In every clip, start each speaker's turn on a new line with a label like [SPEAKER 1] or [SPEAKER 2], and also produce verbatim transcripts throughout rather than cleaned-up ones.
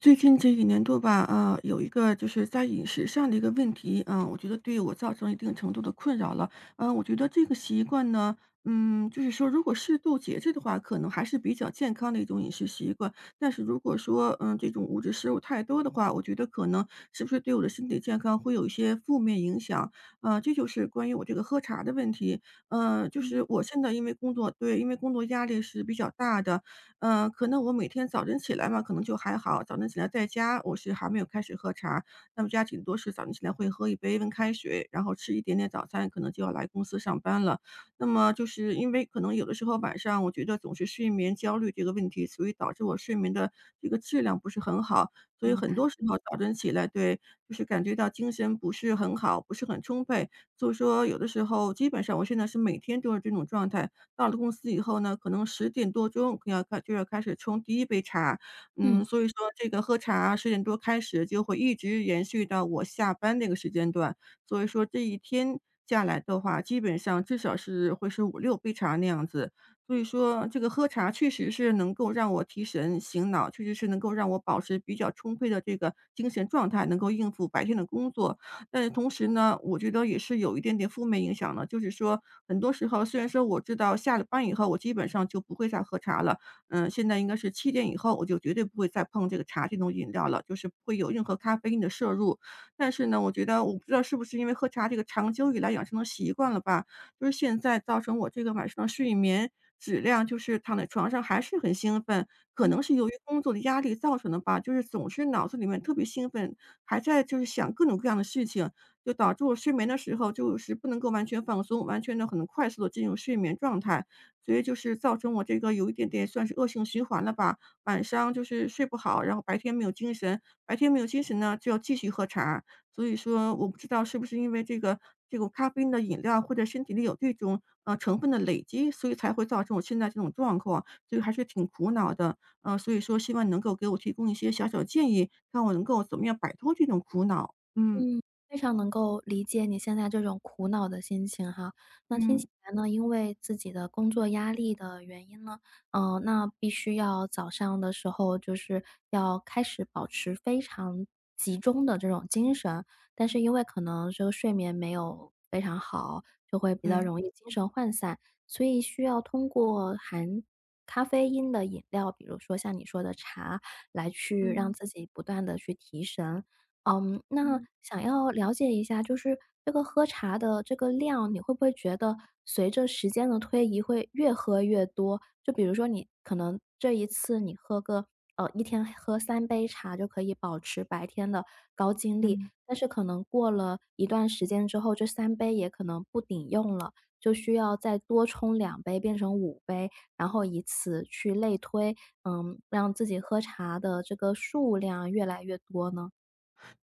[SPEAKER 1] 最近这一年多吧，啊，有一个就是在饮食上的一个问题，嗯，我觉得对我造成一定程度的困扰了。嗯，我觉得这个习惯呢，嗯，就是说如果适度节制的话，可能还是比较健康的一种饮食习惯。但是如果说，嗯，这种物质摄入太多的话，我觉得可能是不是对我的身体健康会有一些负面影响。呃，这就是关于我这个喝茶的问题。呃，就
[SPEAKER 2] 嗯，
[SPEAKER 1] 是我现在因为工作对，因为工作压力是比较大的，嗯，可能我每天早晨起来嘛，可能就还好，早晨起来在家我是还没有开始喝茶，那么家顶多是早晨起来会喝一杯温开水，然后吃一点点早餐，可能就要来公司上班了。那么就是因为可能有的时候晚上我觉得总是睡眠焦虑这个问题，所以导致我睡眠的这个质量不是很好，所以
[SPEAKER 2] 明
[SPEAKER 1] 很
[SPEAKER 2] 白。
[SPEAKER 1] 多时候早晨起来，对，就是感觉到精神不是很好，不是很充沛，所以说有的时候基本上我现在是每天都是这种状态，到了公司以后呢，可能十点多钟要开就要开始冲第一杯茶。
[SPEAKER 2] 嗯，
[SPEAKER 1] 嗯，所以说这个喝茶十点多开始，就会一直延续到我下班那个时间段。所以说这一天下来的话，基本上至少是会是五六杯茶那样子。所以说这个喝茶确实是能够让我提神醒脑，确实是能够让我保持比较充沛的这个精神状态，能够应付白天的工作。但是同时呢，我觉得也是有一点点负面影响的，就是说很多时候虽然说我知道下了班以后，我基本上就不会再喝茶了，嗯，现在应该是七点以后，我就绝对不会再碰这个茶这种饮料了，就是不会有任何咖啡因的摄入。但是呢，我觉得我不知道是不是因为喝茶这个长久以来养成的习惯了吧，就是现在造成我这个晚上睡眠质量就是躺在床上还是很兴奋，可能
[SPEAKER 2] 嗯。
[SPEAKER 1] 是由于工作的压力造成的吧，就是总是脑子里面特别兴奋，还在就是想各种各样的事情，就导致我睡眠的时候就是不能够完全放松，完全的很快速的进入睡眠状态。所以就是造成我这个有一点点算是恶性循环了吧，晚上就是睡不好，然后白天没有精神，白天没有精神呢，就要继续喝茶，所以说我不知道是不是因为这个这种咖啡因的饮料或者身体里有这种，呃，成分的累积，所以才会造成我现在这种状况，所以还是挺苦恼的。呃，所以说希望你能够给我提供一些小小建议，看我能够怎么样摆脱这种苦恼。嗯。
[SPEAKER 2] 嗯，非常能够理解你现在这种苦恼的心情哈。那听起
[SPEAKER 1] 嗯，
[SPEAKER 2] 来呢，因为自己的工作压力的原因呢，嗯、那必须要早上的时候就是要开始保持非常集中的这种精神，但是因为可能这个睡眠没有非常好，就会比较
[SPEAKER 1] 对，
[SPEAKER 2] 容易精神涣散，所以需要通过含咖啡因的饮料，比如说像你说的茶，来去让
[SPEAKER 1] 嗯，
[SPEAKER 2] 自己不断的去提神。嗯，那
[SPEAKER 1] 嗯。
[SPEAKER 2] 想要了解一下，就是这个喝茶的这个量，你会不会觉得随着时间的推移会越喝越多？就比如说你可能这一次你喝个呃，一天喝三杯茶就可以保持白天的高精力，
[SPEAKER 1] 嗯。
[SPEAKER 2] 但是可能过了一段时间之后，这三杯也可能不顶用了，就需要再多冲两杯变成五杯，然后以此去类推，嗯，让自己喝茶的这个数量越来越多呢？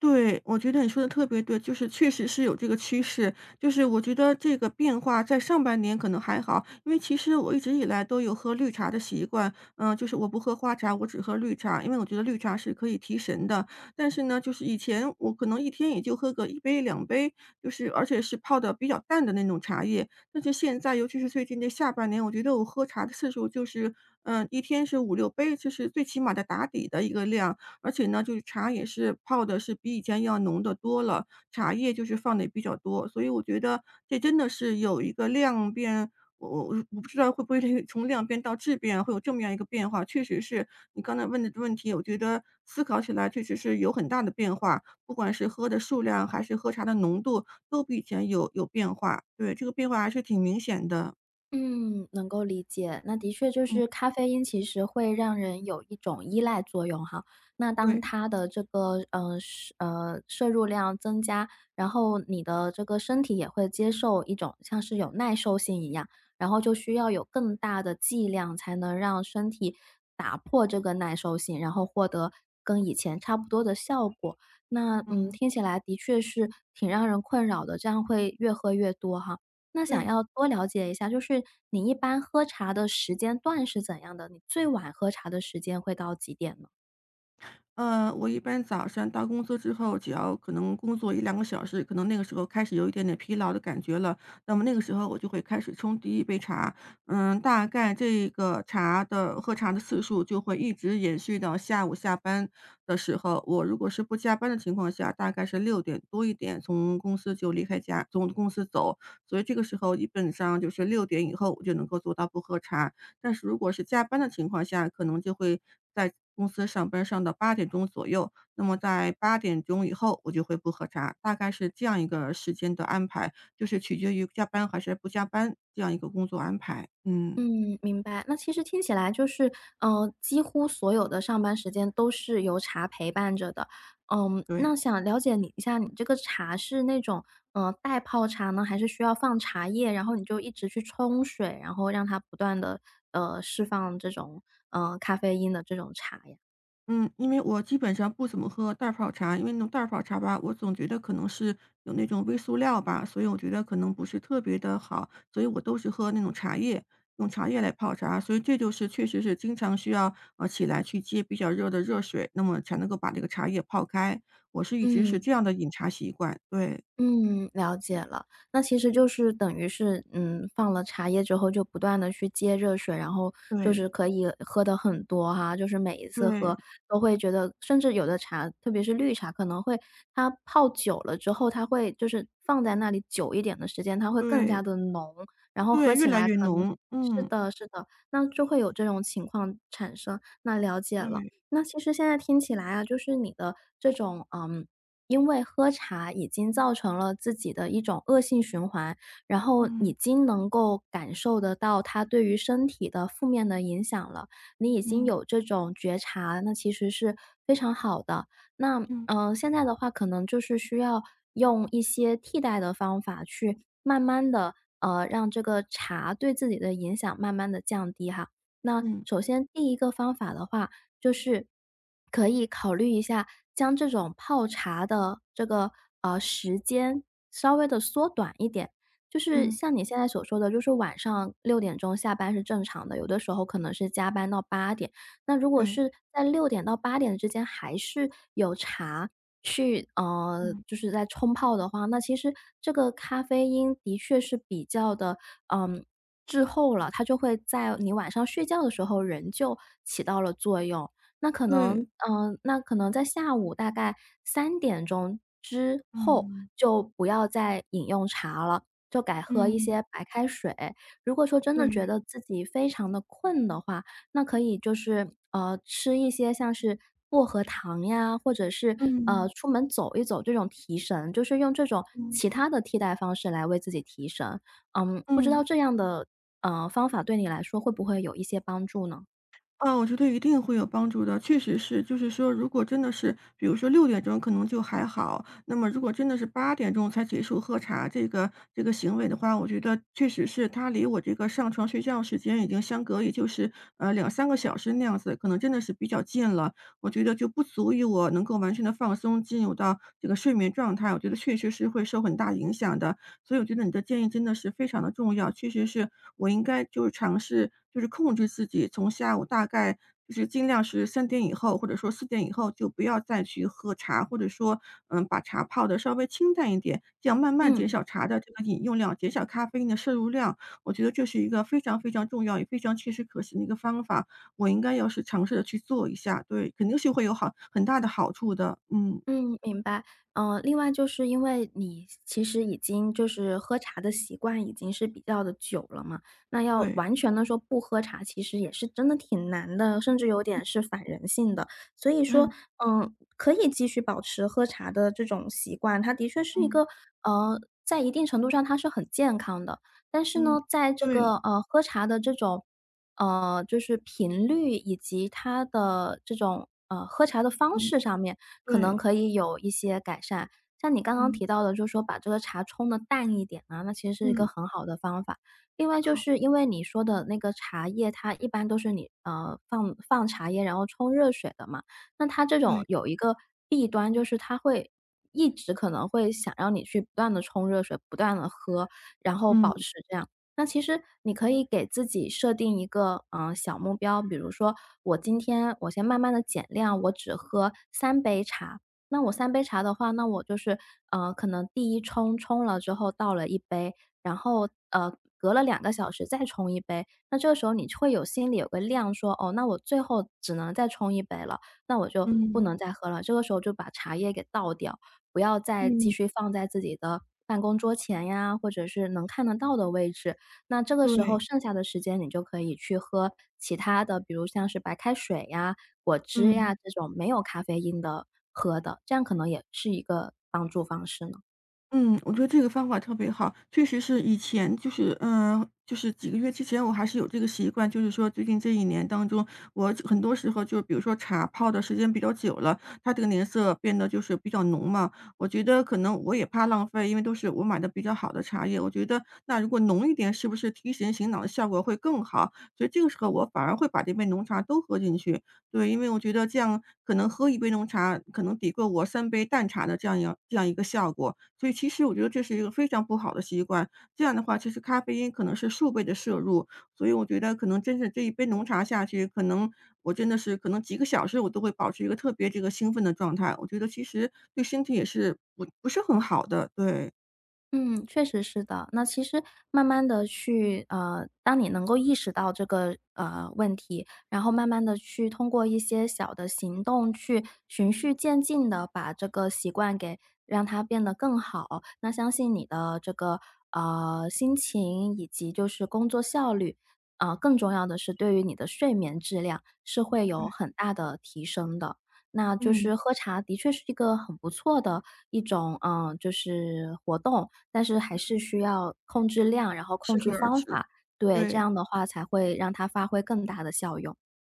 [SPEAKER 1] 对，我觉得你说的特别对，就是确实是有这个趋势。就是我觉得这个变化在上半年可能还好，因为其实我一直以来都有喝绿茶的习惯，嗯，就是我不喝花茶，我只喝绿茶，因为我觉得绿茶是可以提神的。但是呢，就是以前我可能一天也就喝个一杯、两杯，就是而且是泡的比较淡的那种茶叶。但是现在，尤其是最近这下半年，我觉得我喝茶的次数就是，嗯，一天是五六杯，这是最起码的打底的一个量。而且呢，就是茶也是泡的是比以前要浓得多了，茶叶就是放的也比较多，所以我觉得这真的是有一个量变我我我不知道会不会这个从量变到质变会有这么样一个变化。确实是你刚才问的问题，我觉得思考起来确实是有很大的变化，不管是喝的数量还是喝茶的浓度，都比以前有有变化。对，这个变化还是挺明显的。
[SPEAKER 2] 嗯，能够理解。那的确就
[SPEAKER 1] 嗯。
[SPEAKER 2] 是咖啡因其实会让人有一种依赖作用哈。那当
[SPEAKER 1] 对，
[SPEAKER 2] 它的这个，嗯摄呃，摄入量增加，然后你的这个身体也会接受一种像是有耐受性一样，然后就需要有更大的剂量才能让身体打破这个耐受性，然后获得跟以前差不多的效果。那，嗯，
[SPEAKER 1] 嗯。
[SPEAKER 2] 听起来的确是挺让人困扰的，这样会越喝越多哈。那想
[SPEAKER 1] 对。
[SPEAKER 2] 要多了解一下，就是你一般喝茶的时间段是怎样的？你最晚喝茶的时间会到几点呢？
[SPEAKER 1] 呃，我一般早上到公司之后，只要可能工作一两个小时，可能那个时候开始有一点点疲劳的感觉了，那么那个时候我就会开始冲第一杯茶。嗯，大概这个茶的喝茶的次数就会一直延续到下午下班的时候。我如果是不加班的情况下，大概是六点多一点从公司就离开家从公司走，所以这个时候基本上就是六点以后我就能够做到不喝茶。但是如果是加班的情况下，可能就会在公司上班上到八点钟左右，那么在八点钟以后我就会不喝茶，大概是这样一个时间的安排，就是取决于加班还是不加班这样一个工作安排。嗯，
[SPEAKER 2] 嗯，明白。那其实听起来就是，呃，几乎所有的上班时间都是由茶陪伴着的。嗯，那
[SPEAKER 1] 对。
[SPEAKER 2] 想了解你一下，你这个茶是那种，呃，袋泡茶呢，还是需要放茶叶，然后你就一直去冲水，然后让它不断的，呃，释放这种，呃，咖啡因的这种茶呀？
[SPEAKER 1] 嗯，因为我基本上不怎么喝袋儿泡茶，因为那种袋儿泡茶吧，我总觉得可能是有那种微塑料吧，所以我觉得可能不是特别的好，所以我都是喝那种茶叶，用茶叶来泡茶。所以这就是确实是经常需要，呃，起来去接比较热的热水，那么才能够把这个茶叶泡开。我是一直是
[SPEAKER 2] 嗯，
[SPEAKER 1] 这样的饮茶习惯，对，
[SPEAKER 2] 嗯，了解了。那其实就是等于是，嗯，放了茶叶之后就不断的去接热水，然后就
[SPEAKER 1] 对，
[SPEAKER 2] 是可以喝的很多哈，就是每一次喝
[SPEAKER 1] 对，
[SPEAKER 2] 都会觉得甚至有的茶，特别是绿茶，可能会它泡久了之后，它会就是放在那里久一点的时间，它会更加
[SPEAKER 1] 对，
[SPEAKER 2] 的浓，然后喝
[SPEAKER 1] 对，越
[SPEAKER 2] 起
[SPEAKER 1] 来
[SPEAKER 2] 来
[SPEAKER 1] 越
[SPEAKER 2] 可能
[SPEAKER 1] 浓，
[SPEAKER 2] 是
[SPEAKER 1] 嗯，
[SPEAKER 2] 的是的，那就会有这种情况产生，那了解了。
[SPEAKER 1] 对，
[SPEAKER 2] 那其实现在听起来啊，就是你的这种。嗯。因为喝茶已经造成了自己的一种恶性循环，然后已
[SPEAKER 1] 嗯，
[SPEAKER 2] 经能够感受得到它对于身体的负面的影响了。你已经
[SPEAKER 1] 嗯，
[SPEAKER 2] 有这种觉察，那其实是非常好的。那
[SPEAKER 1] 嗯，
[SPEAKER 2] 嗯、呃现在的话可能就是需要用一些替代的方法去慢慢的呃让这个茶对自己的影响慢慢的降低哈。那
[SPEAKER 1] 嗯，
[SPEAKER 2] 首先第一个方法的话，就是可以考虑一下，将这种泡茶的这个，呃，时间稍微的缩短一点。就是
[SPEAKER 1] 嗯，
[SPEAKER 2] 像你现在所说的，就是晚上六点钟下班是正常的，有的时候可能是加班到八点。那如果
[SPEAKER 1] 对，
[SPEAKER 2] 是在六点到八点之间还是有茶去呃，
[SPEAKER 1] 嗯，
[SPEAKER 2] 就是在冲泡的话，那其实这个咖啡因的确是比较的嗯，滞后了，它就会在你晚上睡觉的时候仍旧起到了作用。那可能
[SPEAKER 1] 对，
[SPEAKER 2] 嗯，那可能在下午大概三点钟之后，
[SPEAKER 1] 嗯。
[SPEAKER 2] 就不要再饮用茶了，就改喝一
[SPEAKER 1] 嗯，
[SPEAKER 2] 些白开水。如果说真的觉
[SPEAKER 1] 对，
[SPEAKER 2] 得自己非常的困的话，那可以就是，呃，吃一些像是薄荷糖呀，或者是，呃，
[SPEAKER 1] 嗯，
[SPEAKER 2] 出门走一走这种提神，就是用这种
[SPEAKER 1] 嗯，
[SPEAKER 2] 其他的替代方式来为自己提神。嗯，不知
[SPEAKER 1] 嗯，
[SPEAKER 2] 道这样的，呃，方法对你来说会不会有一些帮助呢？
[SPEAKER 1] 啊，我觉得一定会有帮助的，确实是。就是说如果真的是比如说六点钟可能就还好，那么如果真的是八点钟才结束喝茶这个这个行为的话，我觉得确实是它离我这个上床睡觉时间已经相隔也就是，呃两三个小时那样子，可能真的是比较近了。我觉得就不足以我能够完全的放松，进入到这个睡眠状态，我觉得确实是会受很大影响的。所以我觉得你的建议真的是非常的重要，确实是我应该就是尝试，就是控制自己，从下午大概就是尽量是三点以后，或者说四点以后，就不要再去喝茶，或者说，嗯，把茶泡的稍微清淡一点，这样慢慢减
[SPEAKER 2] 嗯。
[SPEAKER 1] 少茶的这个饮用量，减少咖啡因的摄入量。我觉得这是一个非常非常重要也非常切实可行的一个方法，我应该要是尝试的去做一下，对，肯定是会有好很大的好处的。嗯，
[SPEAKER 2] 嗯，明白。嗯，另外就是因为你其实已经就是喝茶的习惯已经是比较的久了嘛，那要
[SPEAKER 1] 对，
[SPEAKER 2] 完全的说不喝茶，其实也是真的挺难的，甚至有点是反人性的。所以说，
[SPEAKER 1] 嗯
[SPEAKER 2] 嗯，可以继续保持喝茶的这种习惯，它的确是一
[SPEAKER 1] 嗯
[SPEAKER 2] 个呃，在一定程度上它是很健康的。但是
[SPEAKER 1] 嗯，
[SPEAKER 2] 呢，在这
[SPEAKER 1] 对，
[SPEAKER 2] 个，呃，喝茶的这种呃，就是频率以及它的这种，呃，喝茶的方
[SPEAKER 1] 嗯
[SPEAKER 2] 式上面，可能
[SPEAKER 1] 对。
[SPEAKER 2] 可以有一些改善。像你刚刚
[SPEAKER 1] 嗯，
[SPEAKER 2] 提到的，就是说把这个茶冲的淡一点啊，那其实是一个
[SPEAKER 1] 嗯，
[SPEAKER 2] 很好的方法。另外就
[SPEAKER 1] 好，
[SPEAKER 2] 是因为你说的那个茶叶，它一般都是你，呃，放放茶叶，然后冲热水的嘛，那它这种
[SPEAKER 1] 对，
[SPEAKER 2] 有一个弊端，就是它会一直可能会想让你去不断的冲热水，不断的喝，然后
[SPEAKER 1] 嗯，
[SPEAKER 2] 保持这样。那其实你可以给自己设定一个，嗯呃小目标，比如说我今天我先慢慢的减量，我只喝三杯茶。那我三杯茶的话，那我就是，呃，可能第一冲冲了之后倒了一杯，然后，呃，隔了两个小时再冲一杯。那这个时候你会有心里有个量说，哦，那我最后只能再冲一杯了，那我就不
[SPEAKER 1] 嗯，
[SPEAKER 2] 能再喝了。这个时候就把茶叶给倒掉，不要再继
[SPEAKER 1] 嗯，
[SPEAKER 2] 续放在自己的办公桌前呀，或者是能看得到的位置。那这个时候
[SPEAKER 1] 对，
[SPEAKER 2] 剩下的时间，你就可以去喝其他的，比如像是白开水呀、果汁呀
[SPEAKER 1] 嗯。
[SPEAKER 2] 这种没有咖啡因的喝的，这样可能也是一个帮助方式呢。
[SPEAKER 1] 嗯，我觉得这个方法特别好，确实是以前就是嗯，就是几个月之前我还是有这个习惯，就是说最近这一年当中，我很多时候就比如说茶泡的时间比较久了，它这个颜色变得就是比较浓嘛。我觉得可能我也怕浪费，因为都是我买的比较好的茶叶，我觉得那如果浓一点，是不是提神醒脑的效果会更好？所以这个时候我反而会把这杯浓茶都喝进去，对，因为我觉得这样可能喝一杯浓茶，可能抵过我三杯淡茶的这样一这样一个效果。所以其实我觉得这是一个非常不好的习惯，这样的话，其实咖啡因可能是数倍的摄入，所以我觉得可能真是这一杯浓茶下去，可能我真的是可能几个小时我都会保持一个特别这个兴奋的状态，我觉得其实对身体也是不不是很好的，对，
[SPEAKER 2] 嗯，确实是的。那其实慢慢的去呃，当你能够意识到这个，呃，问题，然后慢慢的去通过一些小的行动去循序渐进的把这个习惯给让它变得更好，那相信你的这个，呃，心情以及就是工作效率，啊，更重要的是对于你的睡眠质量是会有
[SPEAKER 1] 对。
[SPEAKER 2] 很大的提升的。那就
[SPEAKER 1] 嗯。
[SPEAKER 2] 是喝茶的确是一个很不错的一种，嗯，就是活动，但是还是需要控制量，然后控
[SPEAKER 1] 适
[SPEAKER 2] 制
[SPEAKER 1] 可而
[SPEAKER 2] 方
[SPEAKER 1] 止，
[SPEAKER 2] 法，对，这
[SPEAKER 1] 对。
[SPEAKER 2] 样的话才会让它发挥更大的效用。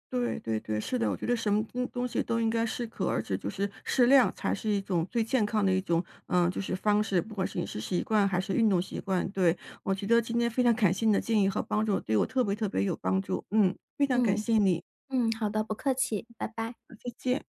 [SPEAKER 1] 对对对，是的，我觉得什么东东西都应该适可而止，就是适量才是一种最健康的一种，嗯，就是方式，不管是饮食习惯还是运动习惯。对，我觉得今天非常感谢你的建议和帮助，对我特别特别有帮助。嗯，非常感
[SPEAKER 2] 嗯，
[SPEAKER 1] 谢你，
[SPEAKER 2] 嗯，好的，不客气，拜拜。
[SPEAKER 1] 再见。